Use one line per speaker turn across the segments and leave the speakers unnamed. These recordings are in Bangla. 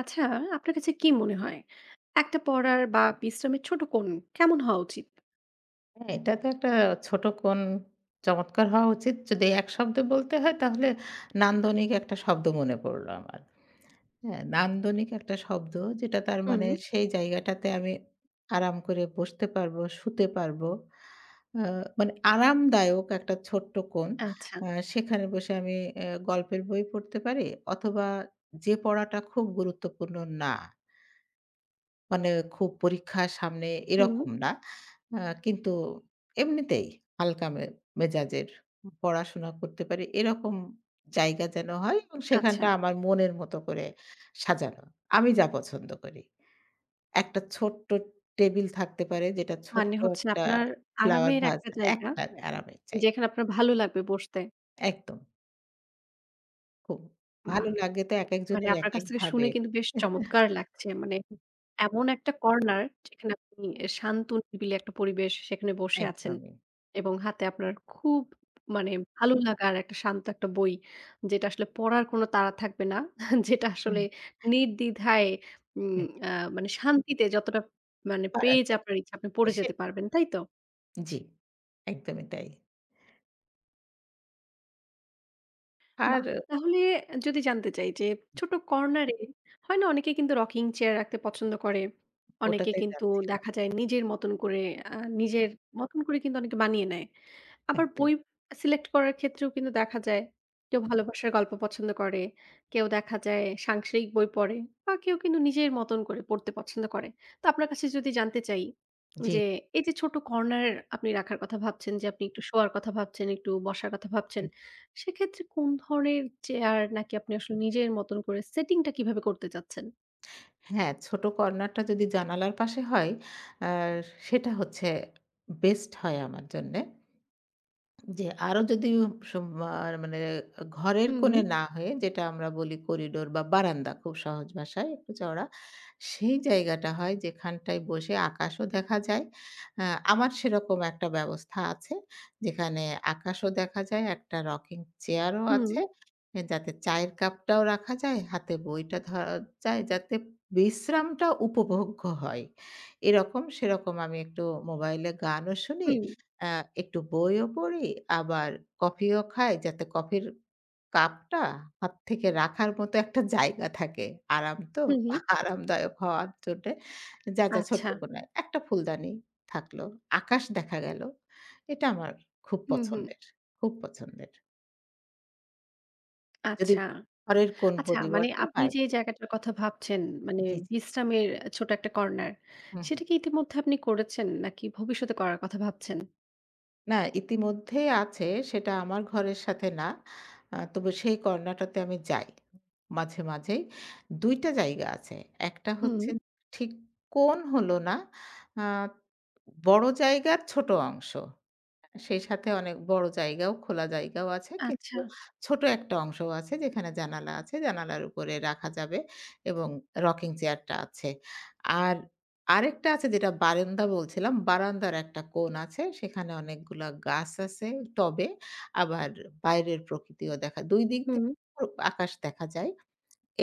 আচ্ছা, আপনার কাছে কি মনে হয়? একটা পড়ার বা বিশ্রামের ছোট কোণ কেমন হওয়া উচিত?
হ্যাঁ, এটা তো একটা ছোট কোণ চমৎকার হওয়া উচিত। যদি এক শব্দে বলতে হয় তাহলে নান্দনিক একটা শব্দ মনে পড়ল আমার। হ্যাঁ, নান্দনিক একটা শব্দ যেটা তার
হুম,
মানে সেই জায়গাটাতে আমি আরাম করে বসতে পারবো, শুতে পারবো। আ মানে আরামদায়ক একটা ছোট্ট কোণ।
আচ্ছা,
সেখানে বসে আমি গল্পের বই পড়তে পারি অথবা যে পড়াটা খুব গুরুত্বপূর্ণ না। মানে খুব পরীক্ষা সামনে
হুম।
এরকম না। আ কিন্তু এমনিতেই হালকা মেজাজের পড়াশোনা করতে পারি এরকম জায়গা যেন হয় এবং
আচ্ছা।
সেখানটা আমার মনের মতো করে সাজানো। আমি যা পছন্দ করি। একটা ছোট্ট টেবিল থাকতে পারে যেটা
মানে
ছোট্ট
হচ্ছে
একটা
আপনার
ফ্লাওয়ার
আরামের
ভাস
একটা জায়গা
একটা আরামের চাই।
যেখানে আপনার ভালো লাগবে বসতে।
একদম খুব ভালো
বাহ!
লাগে তো
মানে
একেকজনের
আপনার কাছ থেকে
একেকভাবে।
শুনে কিন্তু বেশ চমৎকার লাগছে। মানে এমন একটা কর্নার যেখানে আপনি শান্ত নিরিবিলি একটা পরিবেশ সেখানে বসে আছেন
একদমই।
এবং হাতে আপনার খুব মানে ভালো লাগার একটা শান্ত একটা বই যেটা আসলে পড়ার কোনো তাড়া থাকবে না। যেটা আসলে
হ্যাঁ,
নির্দ্বিধায় উম
হ্যাঁ।
আ মানে শান্তিতে যতটা মানে
পারা
পেজ
যায়।
আপনার ইচ্ছা আপনি পড়ে
সে
যেতে পারবেন, তাই তো?
জি, একদমই তাই। আর
বাহ! তাহলে যদি জানতে চাই যে ছোট কর্নারে হয় না অনেকে কিন্তু রকিং চেয়ার রাখতে পছন্দ করে। অনেকে
ওটাতেই
কিন্তু
যাচ্ছিলাম
দেখা যায় নিজের মতন করে আ নিজের মতন করে কিন্তু অনেকে বানিয়ে নেয়। আবার
একদম।
বই সিলেক্ট করার ক্ষেত্রেও কিন্তু দেখা যায় কেউ ভালোবাসার গল্প পছন্দ করে, কেউ দেখা যায় সাংসারিক বই পড়ে বা কেউ কিন্তু নিজের মতন করে পড়তে পছন্দ করে। তো আপনার কাছে যদি জানতে চাই
জি।
যে এই যে ছোট কর্নার আপনি রাখার কথা ভাবছেন যে আপনি একটু শোয়ার কথা ভাবছেন, একটু বসার কথা ভাবছেন। সেক্ষেত্রে কোন ধরনের চেয়ার নাকি আপনি আসলে নিজের মতন করে সেটিংটা কিভাবে করতে চাচ্ছেন?
হ্যাঁ, ছোট কর্নারটা যদি জানালার পাশে হয়, আর সেটা হচ্ছে বেস্ট হয় আমার জন্যে। জি, আরো যদি সম আর মানে ঘরের
হুম।
কোণে না হয়ে যেটা আমরা বলি করিডোর বা বারান্দা খুব সহজ ভাষায় একটু চওড়া। সেই জায়গাটা হয় যেখানটায় বসে আকাশও দেখা যায়। আ আমার সেরকম একটা ব্যবস্থা আছে। যেখানে আকাশও দেখা যায়, একটা রকিং চেয়ারও
হুম,
আছে। যাতে চায়ের কাপটাও রাখা যায়, হাতে বইটা ধরা যায় যাতে বিশ্রামটা উপভোগ্য হয়। এরকম সেরকম আমি একটু মোবাইলে গানও শুনি
হুম,
আ একটু বইও পড়ি, আবার কফিও খাই যাতে কফির কাপটা হাত থেকে রাখার মতো একটা জায়গা থাকে। আরাম তো,
হুম, হুম,
আরামদায়ক হওয়ার জন্যে যা ছোট্ট
আচ্ছা।
কোনো একটা ফুলদানি থাকলো, আকাশ দেখা গেল। এটা আমার খুব
হুম, হুম,
পছন্দের, খুব পছন্দের। যদি
আচ্ছা।
ঘরের কোন
আচ্ছা মানে
পরিবর্তে
আপনি যে
বাইরের।
জায়গাটার কথা ভাবছেন মানে
জি, জি।
বিশ্রামের ছোট একটা কর্নার,
হুম,
সেটা
হুম।
কি ইতিমধ্যে আপনি করেছেন নাকি ভবিষ্যতে করার কথা ভাবছেন?
না, ইতিমধ্যেই আছে সেটা আমার ঘরের সাথে না। তবে সেই কর্নারটাতে আমি যাই। মাঝে, মাঝেই ২ টা জায়গা আছে। একটা
হুম,
হচ্ছে ঠিক কোণ হলো না। আ বড় জায়গার ছোট অংশ। সেই সাথে অনেক বড় জায়গাও, খোলা জায়গাও আছে। কিন্তু
আচ্ছা,
ছোট একটা অংশও আছে যেখানে জানালা আছে। জানালার উপরে রাখা যাবে এবং রকিং চেয়ারটা আছে। আর আরেকটা আছে যেটা বারান্দা বলছিলাম, বারান্দার একটা কোণ আছে। সেখানে অনেকগুলা গাছ আছে টবে। আবার বাইরের প্রকৃতিও দেখা ২ দিক
হুম,
থেকে আকাশ দেখা যায়।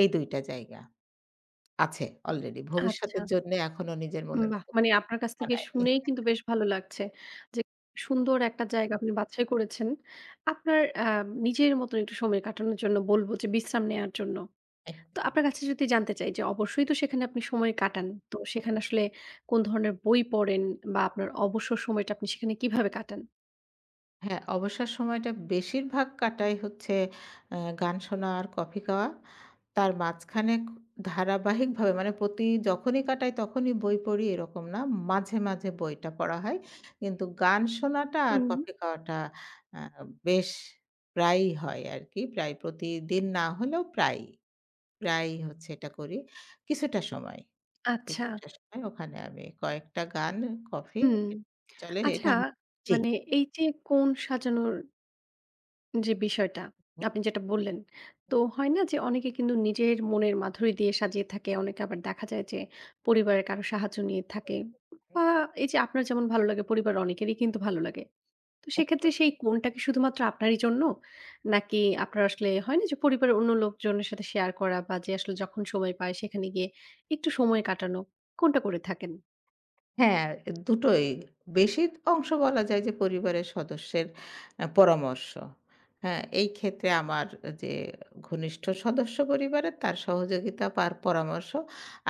এই ২ টা জায়গা আছে অলরেডি।
আচ্ছা।
ভবিষ্যতের জন্য এখনো নিজের মনের
বাহ!
মতো
মানে আপনার কাছ থেকে
বানায়নি।
শুনেই কিন্তু বেশ ভালো লাগছে যে সুন্দর একটা জায়গা আপনি বাছাই করেছেন। আপনার নিজের মতন একটু সময় কাটানোর জন্য বলব যে বিশ্রাম নেয়ার জন্য। তো আপনার কাছে যদি জানতে চাই যে অবশ্যই তো সেখানে আপনি সময় কাটান। তো সেখানে আসলে কোন ধরনের বই পড়েন বা আপনার অবসর সময়টা আপনি সেখানে কিভাবে কাটান?
হ্যাঁ, অবসর সময়টা বেশিরভাগ কাটাই হচ্ছে গান শোনা আর কফি খাওয়া। তার মাঝখানে ধারাবাহিকভাবে মানে প্রতি যখনই কাটাই তখনই বই পড়ি এরকম না। মাঝে, মাঝে বইটা পড়া হয়। কিন্তু গান শোনাটা আর
হুম,
কফি খাওয়াটা আ বেশ প্রায়ই হয় আরকি। প্রায় প্রতিদিন না হলেও প্রায়ই হচ্ছে এটা করি। কিছুটা সময়,
আচ্ছা।
কিছুটা সময় ওখানে আমি কয়েকটা গান, কফি
হুম।
চলে
আচ্ছা
এটা জি।
মানে এই যে কোণ সাজানোর যে বিষয়টা
হুম,
আপনি যেটা বললেন, তো হয় না যে অনেকে কিন্তু নিজের মনের মাধুরী দিয়ে সাজিয়ে থাকে। অনেকে আবার দেখা যায় যে পরিবারের কারো সাহায্য নিয়ে থাকে
হুম,
বা এই যে আপনার যেমন ভালো লাগে পরিবারের অনেকেরই কিন্তু ভালো লাগে। তো সেক্ষেত্রে
একদম।
সেই কোণটা কি শুধুমাত্র আপনারই জন্য? নাকি আপনার আসলে হয় না যে পরিবারের অন্য লোকজনের সাথে শেয়ার করা বা যে আসলে যখন সময় পায় সেখানে গিয়ে একটু সময় কাটানো, কোনটা করে থাকেন?
হ্যাঁ, দুটোই। বেশি অংশ বলা যায় যে পরিবারের সদস্যের পরামর্শ। হ্যাঁ, এই ক্ষেত্রে আমার যে ঘনিষ্ঠ সদস্য পরিবারের তার সহযোগিতা তার পরামর্শ।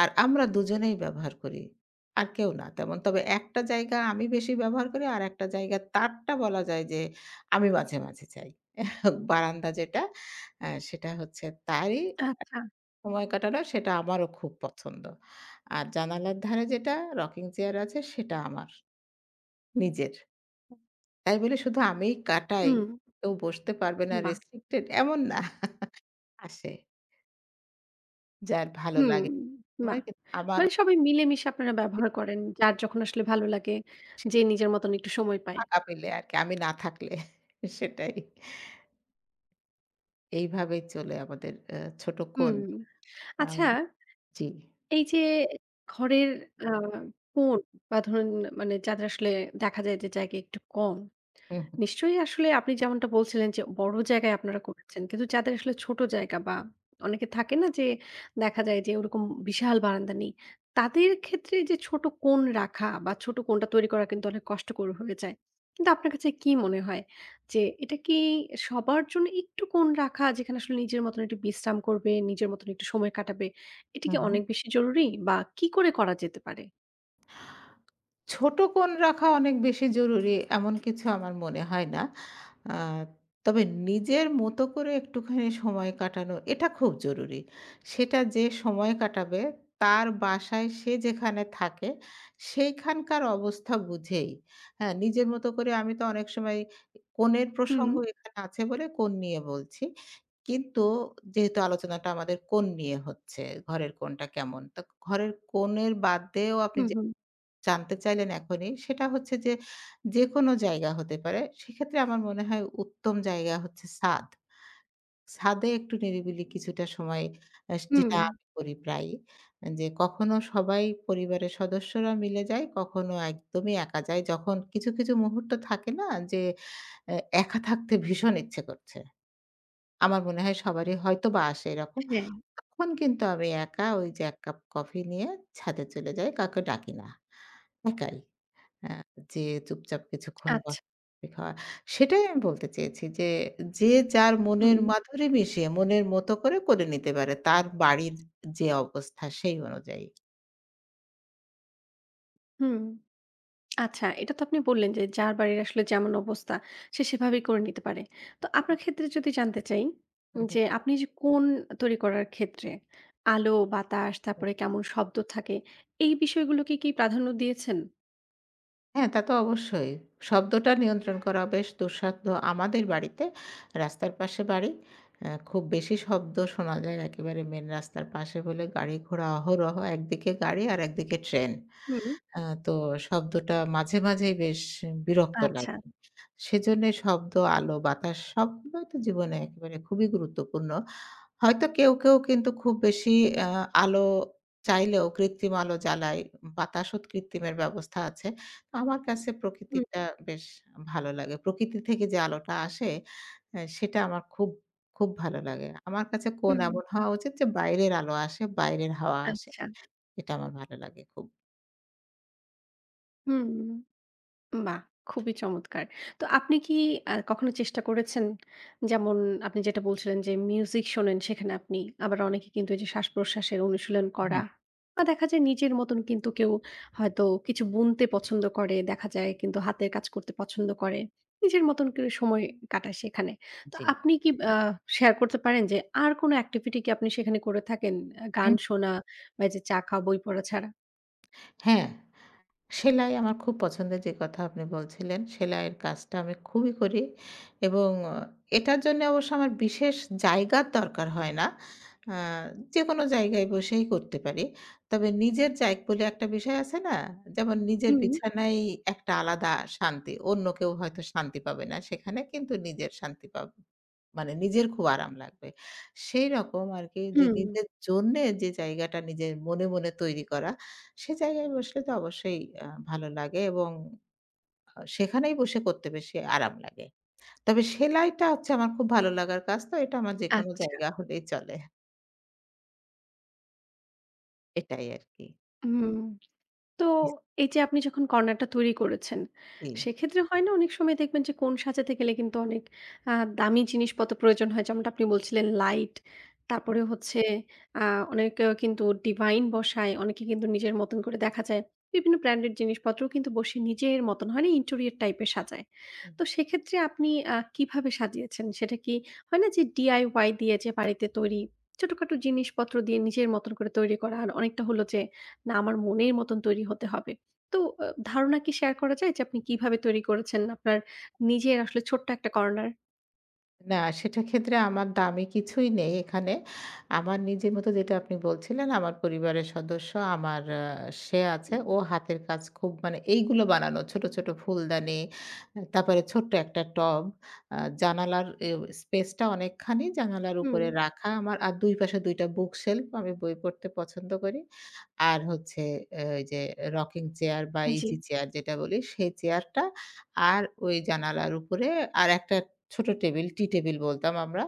আর আমরা দুজনেই ব্যবহার করি। আর কেউ না তেমন। তবে একটা জায়গা আমি বেশি ব্যবহার করি, আরেকটা জায়গা তারটা বলা যায় যে আমি মাঝে, মাঝে যাই। বারান্দা যেটা সেটা হচ্ছে তারই
আচ্ছা,
সময় কাটানো সেটা আমারও খুব পছন্দ। আর জানালার ধারে যেটা রকিং চেয়ার আছে সেটা আমার নিজের। তাই বলে শুধু আমিই কাটাই,
হুম।
কেউ বসতে পারবে না
বাহ!
রেস্ট্রিক্টেড এমন না। আসে যার ভালো
হুম,
লাগে সময়
বাহ!
কিন্তু আমার
মানে সবাই মিলেমিশে আপনারা ব্যবহার করেন। যার যখন আসলে ভালো লাগে, যে
সেটা
নিজের মতন একটু সময় পায়।
ফাঁকা পেলে আরকি আমি না থাকলে সেটাই। এইভাবেই চলে আমাদের ছোট কোণ।
হুম।
আ
আচ্ছা
জি।
এই যে ঘরের আ কোণ বা ধরুন মানে যাদের আসলে দেখা যায় যে জায়গা একটু কম
হু, হু।
নিশ্চয়ই আসলে আপনি যেমনটা বলছিলেন যে বড় জায়গায় আপনারা করেছেন। কিন্তু যাদের আসলে ছোট জায়গা বা অনেকে থাকে না যে দেখা যায় যে ওরকম বিশাল বারান্দা নেই। তাদের ক্ষেত্রে যে ছোট কোণ রাখা বা ছোট কোণটা তৈরি করা কিন্তু অনেক কষ্টকর হয়ে যায়। কিন্তু আপনার কাছে কি মনে হয় যে এটা কি সবার জন্য একটু কোণ রাখা যেখানে আসলে নিজের মতন একটু বিশ্রাম করবে, নিজের মতন একটু সময় কাটাবে। এটা
হু,
কি
হু।
অনেক বেশি জরুরি বা কি করে করা যেতে পারে?
ছোট কোণ রাখা অনেক বেশি জরুরি এমন কিছু আমার মনে হয় না। আ তবে নিজের মতো করে একটুখানি সময় কাটানো এটা খুব জরুরি। সেটা যে সময় কাটাবে তার বাসায় সে যেখানে থাকে সেইখানকার অবস্থা বুঝেই। হ্যাঁ, নিজের মতো করে আমি তো অনেক সময় কোণের
হুম,
প্রসঙ্গ এখানে আছে বলে কোণ নিয়ে বলছি। কিন্তু যেহেতু আলোচনাটা আমাদের কোণ নিয়ে হচ্ছে, ঘরের কোণটা কেমন? তো ঘরের কোণের বাদ দিয়েও আপনি
হুম,
যে
হুম,
জানতে চাইলেন এখনই, সেটা হচ্ছে যে, যেকোনো জায়গা হতে পারে। সেক্ষেত্রে আমার মনে হয় উত্তম জায়গা হচ্ছে ছাদ। ছাদে একটু নিরিবিলি কিছুটা সময়
হুম,
যেটা আমি করি প্রায়ই। যে কখনো সবাই পরিবারের সদস্যরা মিলে যায়, কখনো একদমই একা যাই। যখন কিছু, কিছু মুহূর্ত থাকে না যে এ একা থাকতে ভীষণ ইচ্ছে করছে। আমার মনে হয় সবারই হয়তোবা আসে এরকম।
হ্যাঁ,
তখন কিন্তু আমি একা ওই যে ১ কাপ কফি নিয়ে ছাদে চলে যাই, কাউকে ডাকি না। একাই। হ্যাঁ, যে চুপচাপ কিছুক্ষণ
আচ্ছা।
বসা খাওয়া। সেটাই আমি বলতে চেয়েছি যে, যে যার
হুম,
মনের মাধুরী মিশিয়ে মনের মতো করে, করে নিতে পারে তার বাড়ির যে অবস্থা সেই অনুযায়ী।
হুম। আচ্ছা, এটা তো আপনি বললেন যে যার বাড়ির আসলে যেমন অবস্থা সে সেভাবেই করে নিতে পারে। তো আপনার ক্ষেত্রে যদি জানতে চাই
হুম, হুম,
যে
হুম,
আপনি যে কোণ তৈরি করার ক্ষেত্রে আলো, বাতাস,
হুম।
তারপরে কেমন শব্দ থাকে এই বিষয়গুলোকে কি প্রাধান্য দিয়েছেন?
হ্যাঁ, তা তো অবশ্যই। শব্দটা নিয়ন্ত্রণ করা বেশ দুঃসাধ্য আমাদের বাড়িতে। রাস্তার পাশে বাড়ি। খুব বেশি শব্দ শোনা যায় একেবারে মেইন রাস্তার পাশে হলে গাড়ি ঘোড়া অহরহ। একদিকে গাড়ি আর একদিকে ট্রেন।
হুম।
আ তো শব্দটা মাঝে, মাঝেই বেশ বিরক্ত
আচ্ছা।
লাগে। সেজন্যে শব্দ, আলো, বাতাস সবগুলোই তো জীবনে একেবারে খুবই গুরুত্বপূর্ণ। হয়তো কেউ, কেউ কিন্তু খুব বেশি আ আলো চাইলেও কৃত্রিম আলো জ্বালায়, বাতাসও কৃত্রিমের ব্যবস্থা আছে। তো আমার কাছে
হুম,
প্রকৃতিটা বেশ ভালো লাগে। প্রকৃতি থেকে যে আলোটা আসে সেটা আমার খুব, খুব ভালো লাগে। আমার কাছে কোন
হুম।
এমন হওয়া উচিত যে বাইরের আলো আসে, বাইরের হাওয়া আসে।
আচ্ছা।
এটা আমার ভালো লাগে খুব।
হুম। বাহ! খুবই চমৎকার। তো আপনি কি কখনো চেষ্টা করেছেন? যেমন আপনি যেটা বলছিলেন যে মিউজিক শোনেন সেখানে আপনি আবার অনেকে কিন্তু এই যে শ্বাসপ্রশ্বাসের অনুশীলন করা
হুম,
বা দেখা যায় নিজের মতন কিন্তু কেউ হয়তো কিছু বুনতে পছন্দ করে, দেখা যায় কিন্তু হাতের কাজ করতে পছন্দ করে। নিজের মতন করে সময় কাটায় সেখানে। তো
জি।
আপনি কি শেয়ার করতে পারেন যে আর কোনো activity কি আপনি সেখানে করে থাকেন? গান শোনা বা এই যে চা খাওয়া, বই পড়া ছাড়া?
হ্যাঁ, সেলাই আমার খুব পছন্দের যে কথা আপনি বলছিলেন, সেলাইয়ের কাজটা আমি খুবই করি এবং এটার জন্যে অবশ্য আমার বিশেষ জায়গার দরকার হয় না। আ যেকোনো জায়গায় বসেই করতে পারি। তবে নিজের বলে একটা বিষয় আছে না? যেমন নিজের
হুম।
বিছানায় একটা আলাদা শান্তি। অন্য কেউ হয়তো শান্তি পাবে না সেখানে কিন্তু নিজের শান্তি পাবো। মানে নিজের খুব আরাম লাগবে। সেইরকম আরকি যে
হুম,
নিজের জন্যে যে জায়গাটা নিজের মনে, মনে তৈরি করা সে জায়গায় বসলে তো অবশ্যই ভালো লাগে এবং সেখানেই বসে করতে বেশি আরাম লাগে। তবে সেলাইটা হচ্ছে আমার খুব ভালো লাগার কাজ তো এটা আমার যেকোনো
আচ্ছা।
জায়গা হলেই চলে। এটাই আরকি।
হুম। তো
ইস
এই যে আপনি যখন কর্নারটা তৈরি করেছেন,
জি।
সেক্ষেত্রে হয় না অনেক সময় দেখবেন যে কোণ সাজাতে গেলে কিন্তু অনেক আ দামি জিনিসপত্র প্রয়োজন হয়। যেমনটা আপনি বলছিলেন লাইট, তারপরে হচ্ছে আ অনেকে কিন্তু ডিভাইন বসায়, অনেকে কিন্তু নিজের মতন করে দেখা যায়। বিভিন্ন ব্র্যান্ডেড জিনিসপত্রও কিন্তু বসিয়ে নিজের মতন হয় না ইন্টেরিয়র টাইপের সাজায়। তো সেক্ষেত্রে আপনি কিভাবে সাজিয়েছেন? সেটা কি হয় না যে DIY দিয়ে যে বাড়িতে তৈরি ছোটখাটো জিনিসপত্র দিয়ে নিজের মতন করে তৈরি করা আর অনেকটা হলো যে না আমার মনের মতন তৈরি হতে হবে। তো ধারণা কি শেয়ার করা যায় যে আপনি কিভাবে তৈরি করেছেন আপনার নিজের আসলে ছোট্ট একটা কর্নার?
না, সেটা ক্ষেত্রে আমার দামি কিছুই নেই এখানে। আমার নিজের মতো যেটা আপনি বলছিলেন, আমার পরিবারের সদস্য আমার সে আছে। ও হাতের কাজ খুব মানে এইগুলো বানানো ছোট, ছোট ফুলদানি, তারপরে ছোট্ট একটা টব। জানালার স্পেসটা অনেকখানি জানালার
হুম।
উপরে রাখা আমার। আর ২ পাশে ২ টা বুক শেলফ। আমি বই পড়তে পছন্দ করি। আর হচ্ছে ওই যে রকিং চেয়ার বা
জি।
ইজি চেয়ার যেটা বলি, সেই চেয়ারটা আর ওই জানালার উপরে আরেকটা ছোট টেবিল, টি টেবিল বলতাম আমরা।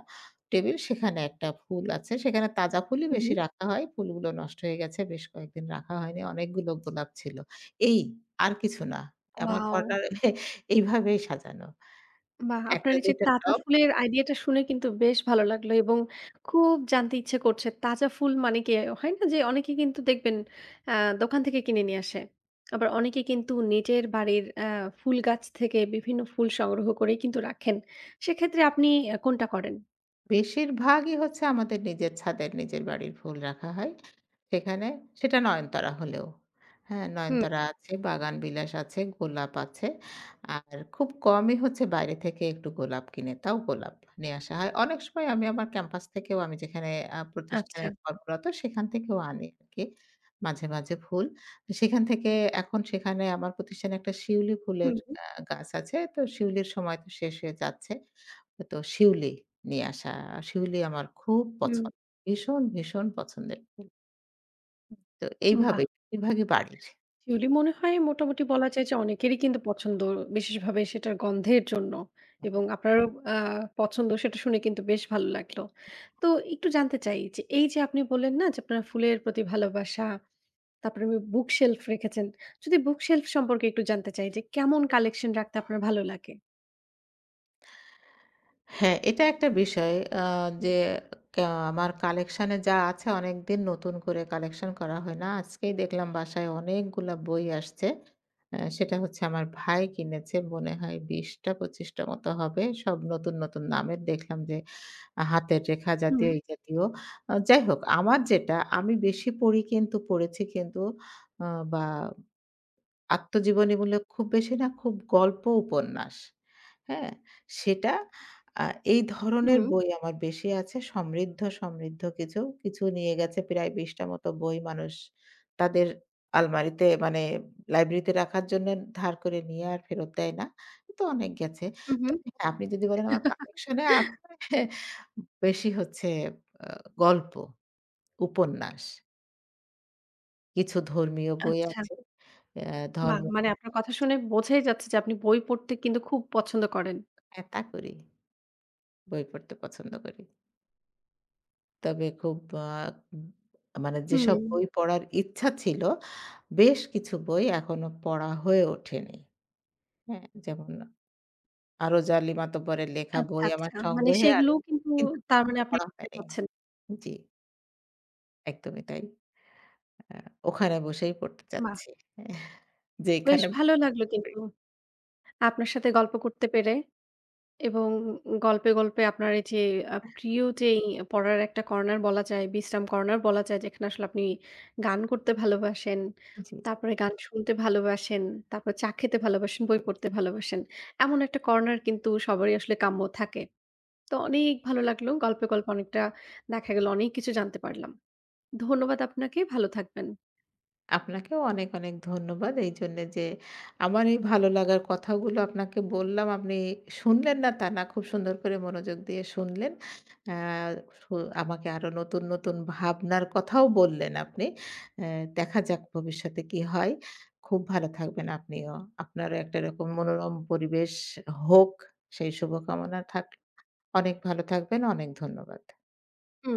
টেবিল সেখানে একটা ফুল আছে। সেখানে তাজা ফুলই
হু,
বেশি
হুম।
রাখা হয়। ফুলগুলো নষ্ট হয়ে গেছে। বেশ কয়েকদিন রাখা হয়নি। অনেকগুলো গোলাপ ছিল। এই আর কিছু না। আমার
ওয়াও!
কর্নার এইভাবেই সাজানো।
বাহ!
১
আপনার
টা
এই
২
যে
টা
তাজা
টব।
ফুলের আইডিয়াটা শুনে কিন্তু বেশ ভালো লাগলো এবং খুব জানতে ইচ্ছে করছে তাজা ফুল মানে কি হয় না যে অনেকে কিন্তু দেখবেন আ দোকান থেকে কিনে নিয়ে আসে। আবার অনেকে কিন্তু নিজের বাড়ির ফুল গাছ থেকে বিভিন্ন ফুল সংগ্রহ করে কিন্তু রাখেন। সেক্ষেত্রে আপনি কোনটা করেন?
বেশিরভাগই হচ্ছে আমাদের নিজের ছাদের, নিজের বাড়ির ফুল রাখা হয়। সেখানে সেটা নয়নতারা হলেও। হ্যাঁ,
হুম।
নয়নতারা আছে, বাগানবিলাস আছে, গোলাপ আছে। আর খুব কমই হচ্ছে বাইরে থেকে একটু গোলাপ কিনে, তাও গোলাপ নিয়ে আসা হয়। অনেক সময় আমি আমার ক্যাম্পাস থেকেও আমি যেখানে প্রতিষ্ঠানে
আচ্ছা।
কর্মরত সেখান থেকেও আনি আরকি মাঝে, মাঝে ফুল। সেখান থেকে এখন সেখানে আমার প্রতিষ্ঠানে একটা শিউলি ফুলের
হুম।
আ গাছ আছে। তো শিউলির সময় তো শেষ হয়ে যাচ্ছে। তো শিউলি নিয়ে আসা। শিউলি আমার খুব
হুম।
পছন্দ। ভীষণ, ভীষণ পছন্দের। তো এইভাবে
বাহ!
বেশিরভাগই বাড়ির।
শিউলি মনে হয় মোটামুটি বলা যায় যে অনেকেরই কিন্তু পছন্দ। বিশেষভাবে সেটার গন্ধের জন্য এবং আপনারও আ পছন্দ সেটা শুনে কিন্তু বেশ ভালো লাগলো। তো একটু জানতে চাই যে এই যে আপনি বললেন না যে আপনার ফুলের প্রতি ভালোবাসা, তারপরে আপনি বুক শেলফ রেখেছেন। যদি বুক শেলফ সম্পর্কে একটু জানতে চাই যে কেমন কালেকশন রাখতে আপনার ভালো লাগে?
হ্যাঁ, এটা একটা বিষয় আ যে কা আমার কালেকশন এ যা আছে অনেকদিন নতুন করে কালেকশন করা হয় না। আজকেই দেখলাম বাসায় অনেকগুলা বই আসছে। সেটা হচ্ছে আমার ভাই কিনেছে মনে হয় ২০ টা ২৫ টা মতো হবে। সব নতুন, নতুন নামের দেখলাম যে হাতের রেখা জাতীয়
হুম,
এই জাতীয়। যাই হোক আমার যেটা আমি বেশি পড়ি কিন্তু পড়েছি কিন্তু আ বা আত্মজীবনীমূলক খুব বেশি না, খুব গল্প উপন্যাস। হ্যাঁ? সেটা আ এই ধরনের
হুম,
বই আমার বেশি আছে। সমৃদ্ধ, সমৃদ্ধ কিছু। কিছু নিয়ে গেছে প্রায় ২০ টা মতো বই মানুষ তাদের আলমারিতে মানে লাইব্রেরিতে রাখার জন্য ধার করে নিয়ে আর ফেরত দেয় না। তো অনেক গেছে।
হুম, হুম।
তবে হ্যাঁ, আপনি যদি বলেন আমার কালেকশন এ আছে বেশি হচ্ছে আ গল্প, উপন্যাস। কিছু ধর্মীয় বই
আচ্ছা।
আছে। অ্যা
বাহ!
ধর্ম
মানে আপনার কথা শুনে বোঝাই যাচ্ছে যে আপনি বই পড়তে কিন্তু খুব পছন্দ করেন।
হ্যাঁ, তা করি। বই পড়তে পছন্দ করি। তবে খুব আ মানে
হুম।
যেসব বই পড়ার ইচ্ছা ছিল, বেশ কিছু বই এখনো পড়া হয়ে ওঠেনি। হ্যাঁ? যেমন আরজ আলী মাতব্বরের লেখা
আচ্ছা,
বই আমার
আচ্ছা। মানে
সংগ্রহে আছে
সেগুলোও কিন্তু
কিন্তু
তার
কিনে
মানে আপনি
পড়া
রাখতে
হয়নি।
চাচ্ছেন।
জি, একদমই তাই। আ ওখানে বসেই পড়তে
বাহ!
চাচ্ছি।
বেশ
যেইখানে
ভালো লাগলো কিন্তু আপনার সাথে গল্প করতে পেরে এবং গল্পে, গল্পে আপনার এই যে প্রিয় যেই পড়ার একটা কর্নার বলা যায়, বিশ্রাম কর্নার বলা যায় যেখানে আসলে আপনি গান করতে ভালোবাসেন,
জি।
তারপরে গান শুনতে ভালোবাসেন, তারপর চা খেতে ভালোবাসেন, বই পড়তে ভালোবাসেন। এমন একটা কর্নার কিন্তু সবারই আসলে কাম্য থাকে। তো অনেক ভালো লাগলো। গল্পে, গল্পে অনেকটা দেখা গেল অনেক কিছু জানতে পারলাম। ধন্যবাদ আপনাকে। ভালো থাকবেন।
আপনাকেও অনেক, অনেক ধন্যবাদ এইজন্যে যে আমার এই ভালো লাগার কথাগুলো আপনাকে বললাম। আপনি শুনলেন না তা না, খুব সুন্দর করে মনোযোগ দিয়ে শুনলেন। অ্যা সু আমাকে আরো নতুন, নতুন ভাবনার কথাও বললেন আপনি। অ্যা দেখা যাক ভবিষ্যতে কি হয়। খুব ভালো থাকবেন আপনিও। আপনারও একটা এরকম মনোরম পরিবেশ হোক সেই শুভকামনা থাক অনেক ভালো থাকবেন। অনেক ধন্যবাদ।
হুম।